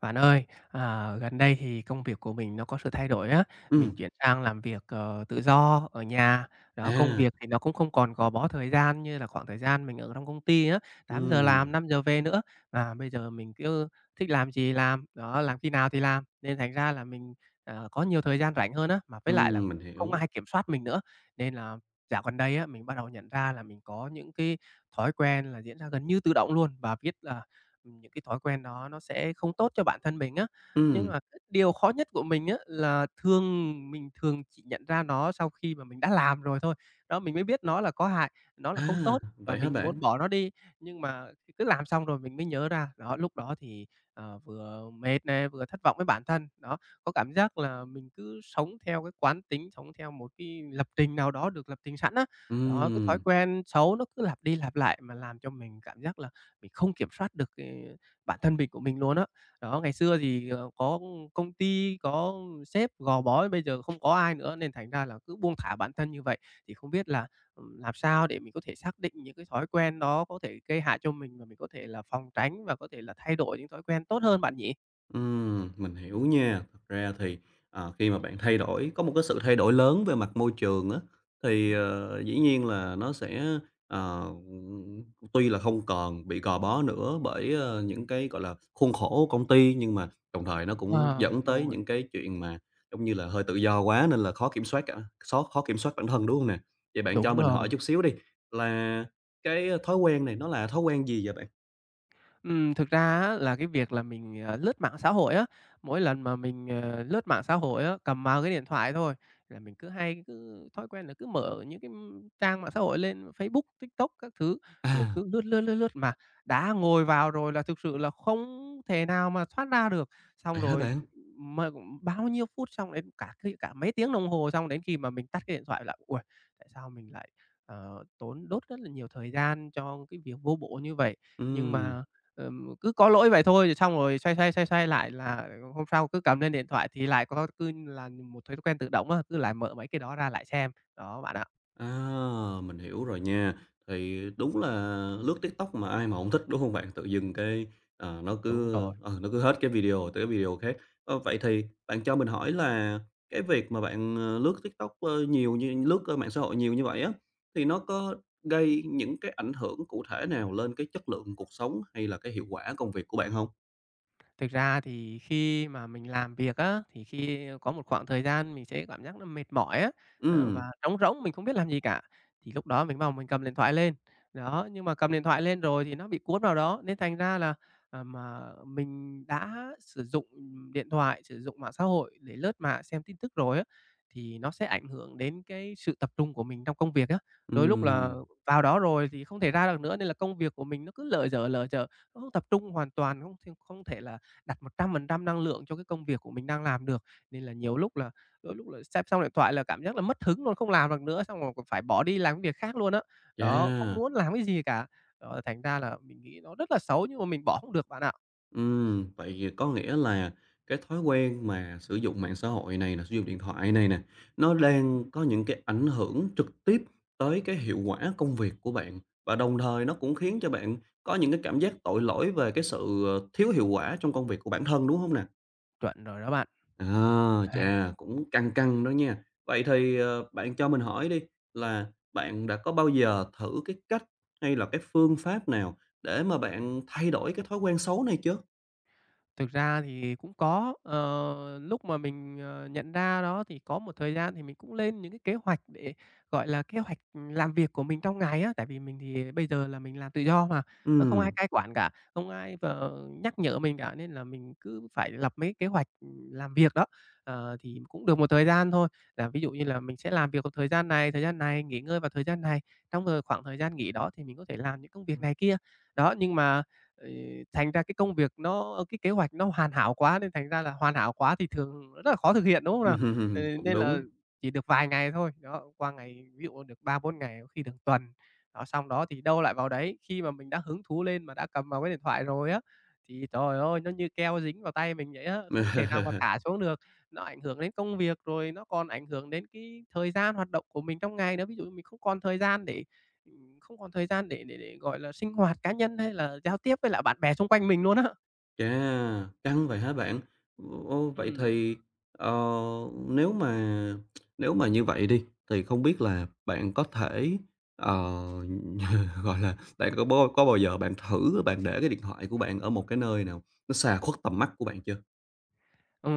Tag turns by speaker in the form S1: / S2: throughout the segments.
S1: Bạn ơi, à, gần đây thì công việc của mình nó có sự thay đổi á, mình
S2: Ừm,
S1: chuyển sang làm việc, tự do ở nhà. Đó, công
S2: à,
S1: việc thì nó cũng không còn gò bó thời gian như là khoảng thời gian mình ở trong công ty á, 8 giờ
S2: ừm,
S1: làm, 5 giờ về nữa, mà bây giờ mình cứ thích làm gì làm, đó, làm khi nào thì làm, nên thành ra là mình, có nhiều thời gian rảnh hơn á, mà với lại là
S2: mình
S1: cũng không
S2: hiểu.
S1: ai kiểm soát mình nữa. Nên là dạo gần đây á, mình bắt đầu nhận ra là mình có những cái thói quen là diễn ra gần như tự động luôn và biết là những cái thói quen đó nó sẽ không tốt cho bản thân mình á. Nhưng
S2: Ừm,
S1: mà cái điều khó nhất của mình á là thường mình thường chỉ nhận ra nó sau khi mà mình đã làm rồi thôi. Đó, mình mới biết nó là có hại, nó là không
S2: à,
S1: tốt và
S2: vậy hả
S1: mình muốn
S2: bạn?
S1: bỏ nó đi, nhưng mà cứ làm xong rồi mình mới nhớ ra. Đó, lúc đó thì, vừa mệt nè, vừa thất vọng với bản thân. Đó, có cảm giác là mình cứ sống theo cái quán tính, sống theo một cái lập trình nào đó được lập trình sẵn á. Đó, cái thói
S2: Ừm.
S1: quen xấu nó cứ lặp đi lặp lại mà làm cho mình cảm giác là mình không kiểm soát được cái bản thân mình của mình luôn á. Đó, ngày xưa thì, có công ty, có sếp gò bó, bây giờ không có ai nữa nên thành ra là cứ buông thả bản thân như vậy. Thì không biết là, làm sao để mình có thể xác định những cái thói quen đó có thể gây hại cho mình và mình có thể là phòng tránh và có thể là thay đổi những thói quen tốt hơn bạn nhỉ?
S2: Mình hiểu nha. Thật ra thì, khi mà bạn thay đổi có một cái sự thay đổi lớn về mặt môi trường á, thì, dĩ nhiên là nó sẽ, ờ, tuy là không còn bị gò bó nữa bởi, những cái, gọi là, khuôn khổ của công ty, nhưng mà đồng thời nó cũng
S1: Ờ,
S2: dẫn tới
S1: rồi,
S2: những cái chuyện mà, giống như là, hơi tự do quá nên là khó kiểm soát cả khó khó kiểm soát bản thân, đúng không nè? Vậy bạn cho
S1: đúng
S2: mình hỏi
S1: rồi.
S2: chút xíu đi, là cái thói quen này nó là thói quen gì vậy bạn?
S1: Thực ra á là cái việc là mình, lướt mạng xã hội á, mỗi lần mà mình, lướt mạng xã hội á, cầm vào cái điện thoại thôi là mình cứ hay cứ thói quen là cứ mở những cái, trang mạng xã hội lên Facebook, TikTok các thứ, rồi
S2: À,
S1: cứ lướt, lướt, lướt, lướt mà đã ngồi vào rồi là thực sự là không thể nào mà thoát ra được. Xong
S2: vậy hả
S1: rồi
S2: bạn?
S1: mà cũng bao nhiêu phút, xong đến cả khi cả mấy tiếng đồng hồ, xong đến khi mà mình tắt cái điện thoại là "Uầy, tại sao mình lại, tốn đốt rất là nhiều thời gian cho cái việc vô bổ như vậy?" Nhưng
S2: Ừm.
S1: mà cứ có lỗi vậy thôi, rồi xong rồi xoay xoay, xoay xoay lại là hôm sau cứ cầm lên điện thoại thì lại có cứ là một thói quen tự động á, cứ lại mở mấy cái đó ra lại xem. Đó bạn ạ.
S2: À, mình hiểu rồi nha. Thì đúng là lướt TikTok mà ai mà không thích, đúng không bạn? Tự dưng cái,
S1: Đúng rồi.
S2: nó cứ hết cái video tới cái video khác. Vậy thì bạn cho mình hỏi là cái việc mà bạn, lướt TikTok, nhiều như lướt, mạng xã hội nhiều như vậy á, thì nó có gây những cái ảnh hưởng cụ thể nào lên cái chất lượng cuộc sống hay là cái hiệu quả công việc của bạn không?
S1: Thực ra thì khi mà mình làm việc á, thì khi có một khoảng thời gian mình sẽ cảm giác nó mệt mỏi á,
S2: Ừ,
S1: và trống rỗng, mình không biết làm gì cả, thì lúc đó mình vào mình cầm điện thoại lên. Đó, nhưng mà cầm điện thoại lên rồi thì nó bị cuốn vào đó, nên thành ra là, mà mình đã sử dụng, điện thoại, sử dụng mạng xã hội để lướt mạng, xem tin tức rồi á, thì nó sẽ ảnh hưởng đến cái sự tập trung của mình trong công việc á.
S2: ừ,
S1: Đôi lúc là vào đó rồi thì không thể ra được nữa, nên là công việc của mình nó cứ lờ dở, nó không tập trung hoàn toàn, không không thể là đặt 100% năng lượng cho cái công việc của mình đang làm được. Nên là nhiều lúc là đôi lúc là xem xong điện thoại là cảm giác là mất hứng luôn, không làm được nữa, xong rồi còn phải bỏ đi làm cái việc khác luôn á. Đó, không
S2: yeah.
S1: muốn làm cái gì cả. Đó, thành ra là mình nghĩ nó rất là xấu nhưng mà mình bỏ không được bạn ạ.
S2: Vậy thì có nghĩa là cái thói quen mà sử dụng mạng xã hội này nè, sử dụng điện thoại này nè, nó đang có những cái ảnh hưởng trực tiếp tới cái hiệu quả công việc của bạn, và đồng thời nó cũng khiến cho bạn có những cái cảm giác tội lỗi về cái sự, thiếu hiệu quả trong công việc của bản thân, đúng không nè?
S1: Chuẩn rồi đó bạn.
S2: À,
S1: Ai,
S2: chà, cũng căng căng đó nha. Vậy thì, bạn cho mình hỏi đi là bạn đã có bao giờ thử cái cách hay là cái phương pháp nào để mà bạn thay đổi cái thói quen xấu này chưa?
S1: thực ra thì cũng có, lúc mà mình, nhận ra đó thì có một thời gian thì mình cũng lên những cái kế hoạch để, gọi là, kế hoạch, làm việc của mình trong ngày á. Tại vì mình thì bây giờ là mình làm tự do mà, không ai
S2: Ừm.
S1: cai quản cả, không ai vào nhắc nhở mình cả, nên là mình cứ phải lập mấy kế hoạch, làm việc đó. Ờ, thì cũng được một thời gian thôi, là ví dụ như là mình sẽ làm việc vào thời gian này, nghỉ ngơi vào thời gian này, trong, khoảng thời gian nghỉ đó thì mình có thể làm những công việc này kia. Đó, nhưng mà Ừ, thành ra cái công việc nó cái kế hoạch nó hoàn hảo quá nên thành ra là hoàn hảo quá thì thường rất là khó thực hiện, đúng không nào?
S2: Cũng
S1: Nên là
S2: đúng.
S1: chỉ được vài ngày thôi, đó, qua ngày ví dụ được 3 4 ngày, có khi được tuần. Đó, xong đó thì đâu lại vào đấy, khi mà mình đã hứng thú lên mà đã cầm vào cái điện thoại rồi á, thì trời ơi, nó như keo dính vào tay mình vậy á, không thể nào mà thả xuống được. Nó ảnh hưởng đến công việc, rồi nó còn ảnh hưởng đến cái thời gian hoạt động của mình trong ngày nữa. Ví dụ mình không còn thời gian để không còn thời gian để, gọi là, sinh hoạt cá nhân hay là giao tiếp với lại bạn bè xung quanh mình luôn á.
S2: Chà, căng vậy hả bạn? Ô, vậy
S1: Ừm.
S2: thì, ờ, nếu mà nếu mà như vậy đi, thì không biết là bạn có thể, ờ, gọi là, bạn có bô có bao giờ bạn thử bạn để cái điện thoại của bạn ở một cái nơi nào nó xa khuất tầm mắt của bạn chưa?
S1: Ờ,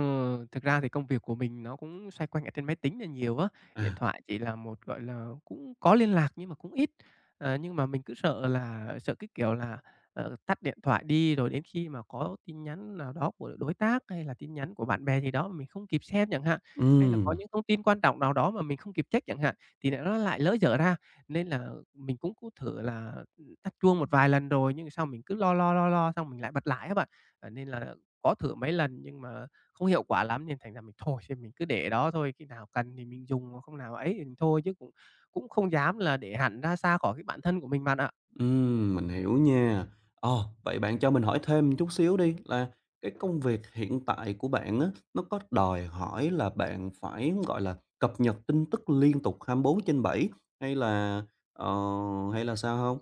S1: thực ra thì công việc của mình nó cũng xoay quanh ở trên máy tính là nhiều á, điện
S2: À,
S1: thoại chỉ là một, gọi là, cũng có liên lạc nhưng mà cũng ít. Ờ, nhưng mà mình cứ sợ là sợ cái kiểu là, tắt điện thoại đi rồi đến khi mà có tin nhắn nào đó của đối tác hay là tin nhắn của bạn bè gì đó mà mình không kịp xem chẳng hạn, hay là
S2: ừm.
S1: có những thông tin quan trọng nào đó mà mình không kịp check chẳng hạn, thì lại nó lại lỡ dở ra. Nên là mình cũng cũng thử là, tắt chuông một vài lần rồi nhưng sao mình cứ lo lo, lo lo xong mình lại bật lại á bạn. Ờ, nên là có thử mấy lần nhưng mà không hiệu quả lắm nên thành ra mình thôi thì mình cứ để đó thôi, khi nào cần thì mình dùng, không nào ấy thì mình thôi chứ cũng cũng không dám là để hẳn ra xa khỏi cái bản thân của mình bạn ạ.
S2: Mình hiểu nha. Vậy bạn cho mình hỏi thêm chút xíu đi là cái công việc hiện tại của bạn á, nó có đòi hỏi là bạn phải, gọi là, cập nhật tin tức liên tục 24/7 hay là, ờ, hay là sao không?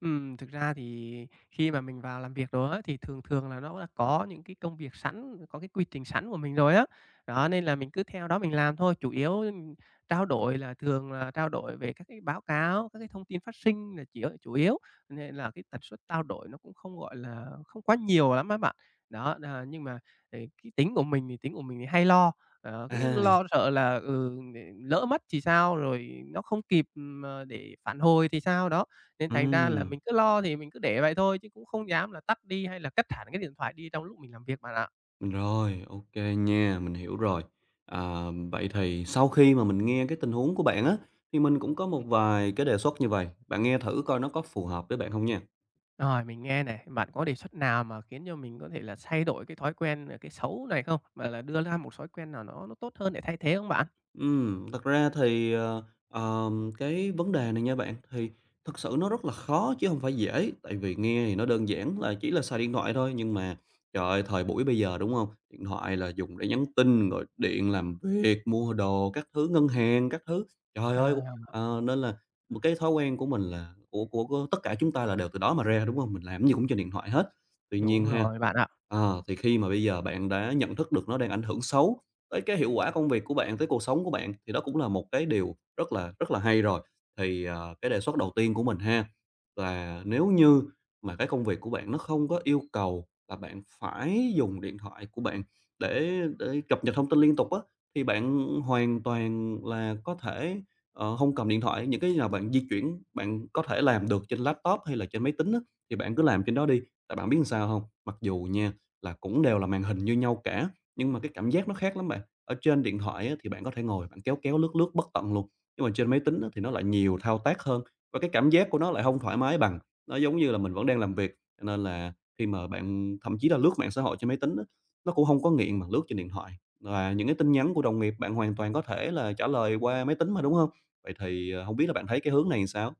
S1: Thực ra thì khi mà mình vào làm việc đồ thì thường thường là nó đã có những cái công việc sẵn, có cái quy trình sẵn của mình rồi á. Đó, nên là mình cứ theo đó mình làm thôi, chủ yếu mình trao đổi là thường là trao đổi về các cái báo cáo, các cái thông tin phát sinh là chỉ chủ yếu, nên là cái tần suất trao đổi nó cũng không, gọi là, không quá nhiều lắm á bạn. Đó, à, nhưng mà, cái tính của mình thì tính của mình thì hay lo, cứ
S2: À.
S1: lo sợ là, lỡ mất thì sao, rồi nó không kịp, để phản hồi thì sao, đó. Nên thành ra là
S2: Ừm,
S1: mình cứ lo thì mình cứ để vậy thôi chứ cũng không dám là tắt đi hay là cất hẳn cái điện thoại đi trong lúc mình làm việc bạn ạ.
S2: rồi, ok nha, mình hiểu rồi. À, vậy thì sau khi mà mình nghe cái tình huống của bạn á, thì mình cũng có một
S1: Ừm.
S2: vài cái đề xuất như vậy. Bạn nghe thử coi nó có phù hợp với bạn không nha.
S1: Rồi, mình nghe này, bạn có đề xuất nào mà khiến cho mình có thể là thay đổi cái thói quen, cái xấu này không? Mà là đưa ra một thói quen nào nó tốt hơn để thay thế không bạn?
S2: Thật ra thì, cái vấn đề này nha bạn, thì thực sự nó rất là khó chứ không phải dễ, tại vì nghe thì nó đơn giản là chỉ là xài điện thoại thôi, nhưng mà, trời ơi, thời buổi bây giờ, đúng không? Điện thoại là dùng để nhắn tin, rồi điện làm việc, mua đồ các thứ, ngân hàng các thứ. Trời ơi!
S1: À,
S2: Nên là một cái thói quen của mình là của tất cả chúng ta là đều từ đó mà ra, đúng không? Mình làm cái gì cũng trên điện thoại hết. Tuy nhiên
S1: đúng
S2: ha,
S1: rồi bạn ạ.
S2: thì khi mà bây giờ bạn đã nhận thức được nó đang ảnh hưởng xấu tới cái hiệu quả công việc của bạn, tới cuộc sống của bạn thì đó cũng là một cái điều rất là hay rồi. Thì, cái đề xuất đầu tiên của mình ha, là nếu như mà cái công việc của bạn nó không có yêu cầu là bạn phải dùng điện thoại của bạn để cập nhật thông tin liên tục á, thì bạn hoàn toàn là có thể, hông cầm điện thoại. Những cái nào bạn di chuyển, bạn có thể làm được trên laptop hay là trên máy tính á, thì bạn cứ làm trên đó đi. Tại bạn biết làm sao không? Mặc dù nha, là cũng đều là màn hình như nhau cả, nhưng mà cái cảm giác nó khác lắm bạn. Ở trên điện thoại á, thì bạn có thể ngồi bạn kéo kéo, lướt lướt bất tận luôn, nhưng mà trên máy tính á, thì nó lại nhiều thao tác hơn và cái cảm giác của nó lại không thoải mái bằng. Nó giống như là mình vẫn đang làm việc, cho nên là khi mà bạn thậm chí là lướt mạng xã hội trên máy tính á, nó cũng không có nghiện bằng lướt trên điện thoại. Và những cái tin nhắn của đồng nghiệp bạn hoàn toàn có thể là trả lời qua máy tính mà, đúng không? Vậy thì, hông biết là bạn thấy cái hướng này làm sao?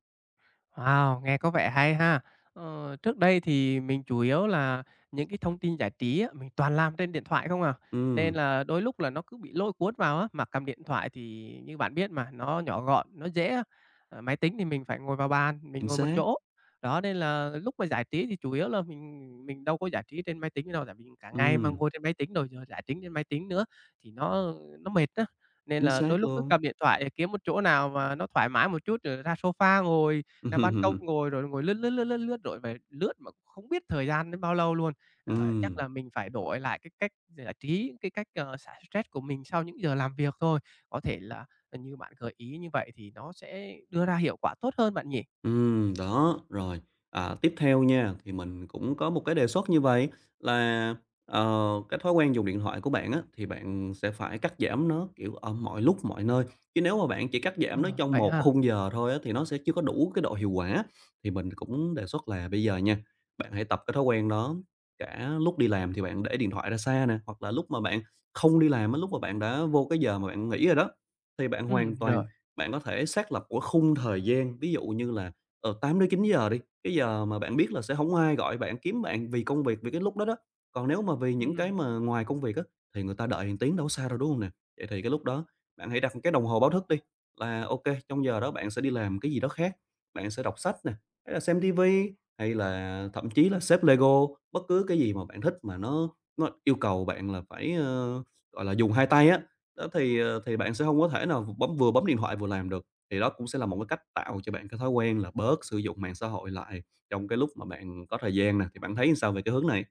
S1: Wow, nghe có vẻ hay ha! Ờ, trước đây thì mình chủ yếu là những cái thông tin giải trí á, mình toàn làm trên điện thoại không à, nên
S2: Ừm,
S1: là đôi lúc là nó cứ bị lôi cuốn vào á. Mà cầm điện thoại thì như bạn biết mà, nó nhỏ gọn, nó dễ á. Ờ, máy tính thì mình phải ngồi vào bàn, mình
S2: chính
S1: ngồi một
S2: xác,
S1: chỗ. Đó, nên là lúc mà giải trí thì chủ yếu là mình đâu có giải trí trên máy tính đâu, tại vì cả ngày mà
S2: ừm,
S1: ngồi trên máy tính rồi giờ giải trí trên máy tính nữa thì nó mệt á. Nên
S2: chính
S1: là
S2: xác
S1: đôi lúc cứ
S2: luôn.
S1: cầm điện thoại để kiếm một chỗ nào mà nó thoải mái một chút rồi ra sofa ngồi. Ra ban công ngồi rồi ngồi lướt, lướt, lướt, lướt, lướt rồi về lướt mà cũng không biết thời gian đến bao lâu luôn. Ờ, chắc
S2: Ừm.
S1: là mình phải đổi lại cái cách giải trí, cái cách, xả stress của mình sau những giờ làm việc thôi. Có thể là, như bạn gợi ý như vậy thì nó sẽ đưa ra hiệu quả tốt hơn bạn nhỉ?
S2: Ừ, đó, rồi. À, tiếp theo nha, thì mình cũng có một cái đề xuất như vậy là, cái thói quen dùng điện thoại của bạn á, thì bạn sẽ phải cắt giảm nó, kiểu, ở mọi lúc mọi nơi, chứ nếu mà bạn chỉ cắt giảm
S1: Ờ,
S2: nó trong
S1: vậy
S2: một
S1: ha?
S2: khung giờ thôi á, thì nó sẽ chưa có đủ cái độ hiệu quả. Thì mình cũng đề xuất là bây giờ nha, bạn hãy tập cái thói quen đó, cả lúc đi làm thì bạn để điện thoại ra xa nè, hoặc là lúc mà bạn không đi làm á, lúc mà bạn đã vô cái giờ mà bạn nghỉ rồi đó, thì bạn hoàn
S1: Rồi.
S2: toàn bạn có thể xác lập của khung thời gian, ví dụ như là 8 đến 9 giờ đi, cái giờ mà bạn biết là sẽ không ai gọi bạn, kiếm bạn vì công việc, vì cái lúc đó đó. Còn nếu mà vì những
S1: Ừm.
S2: cái mà ngoài công việc á, thì người ta đợi 1 tiếng đâu có sao đâu, đúng không nè? Vậy thì cái lúc đó bạn hãy đặt một cái đồng hồ báo thức đi, là ok trong giờ đó bạn sẽ đi làm cái gì đó khác, bạn sẽ đọc sách nè, hay là xem tivi hay là thậm chí là xếp Lego, bất cứ cái gì mà bạn thích mà nó yêu cầu bạn là phải, gọi là, dùng hai tay á, đó thì bạn sẽ không có thể nào vừa bấm điện thoại vừa làm được. Thì đó cũng sẽ là một cái cách tạo cho bạn cái thói quen là bớt sử dụng mạng xã hội lại trong cái lúc mà bạn có thời gian nè, thì bạn thấy sao về cái hướng này?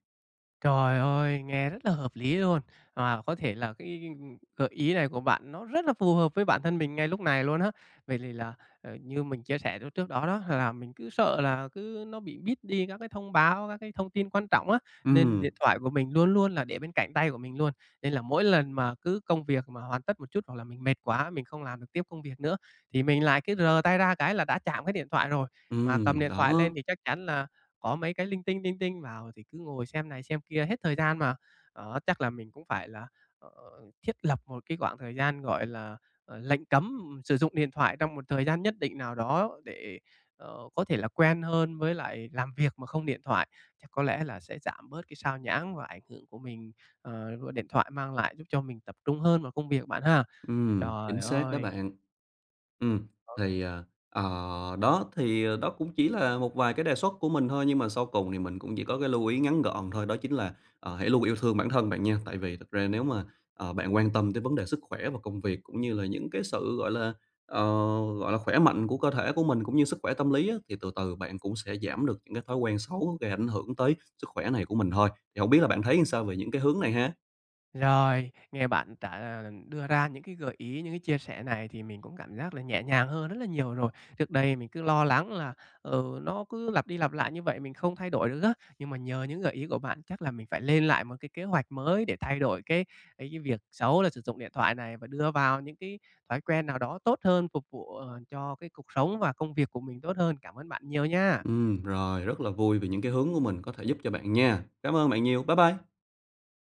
S1: Trời ơi, nghe rất là hợp lý luôn. Và có thể là cái gợi ý này của bạn nó rất là phù hợp với bản thân mình ngay lúc này luôn á. Vậy thì là, như mình chia sẻ lúc trước đó đó, là mình cứ sợ là cứ nó bị beat đi các cái thông báo, các cái thông tin quan trọng á, nên
S2: Ừm,
S1: điện thoại của mình luôn luôn là để bên cạnh tay của mình luôn. Nên là mỗi lần mà cứ công việc mà hoàn tất một chút hoặc là mình mệt quá, mình không làm được tiếp công việc nữa, thì mình lại cứ rờ tay ra cái là đã chạm cái điện thoại rồi. Mà cầm điện thoại lên
S2: đó.
S1: thì chắc chắn là có mấy cái linh tinh vào thì cứ ngồi xem này xem kia hết thời gian mà. Đó, chắc là mình cũng phải là, ờ, thiết lập một cái khoảng thời gian, gọi là, lệnh cấm sử dụng điện thoại trong một thời gian nhất định nào đó để, có thể là quen hơn với lại làm việc mà không điện thoại. Chắc có lẽ là sẽ giảm bớt cái sao nhãng và ảnh hưởng của mình, của điện thoại mang lại, giúp cho mình tập trung hơn vào công việc bạn ha. Trời
S2: Chính xác đó
S1: ơi!
S2: bạn. Ừm, thì đó cũng chỉ là một vài cái đề xuất của mình thôi, nhưng mà sau cùng thì mình cũng chỉ có cái lưu ý ngắn gọn thôi, đó chính là, hãy luôn yêu thương bản thân bạn nha. Tại vì thực ra nếu mà, bạn quan tâm tới vấn đề sức khỏe và công việc, cũng như là những cái sự, gọi là, ờ, khỏe mạnh của cơ thể của mình, cũng như sức khỏe tâm lý á, thì từ từ bạn cũng sẽ giảm được những cái thói quen xấu gây ảnh hưởng tới sức khỏe này của mình thôi. Thì hổng biết là bạn thấy sao về những cái hướng này ha?
S1: Rồi, nghe bạn đã đưa ra những cái gợi ý, những cái chia sẻ này thì mình cũng cảm giác là nhẹ nhàng hơn rất là nhiều rồi. Trước đây mình cứ lo lắng là, nó cứ lặp đi lặp lại như vậy mình không thay đổi được á, nhưng mà nhờ những gợi ý của bạn chắc là mình phải lên lại một cái kế hoạch mới để thay đổi cái cái việc xấu là sử dụng điện thoại này và đưa vào những cái thói quen nào đó tốt hơn, phục vụ, cho cái cuộc sống và công việc của mình tốt hơn. Cảm ơn bạn nhiều nha.
S2: Rồi, rất là vui vì những cái hướng của mình có thể giúp cho bạn nha. Cảm ơn bạn nhiều. Bye bye.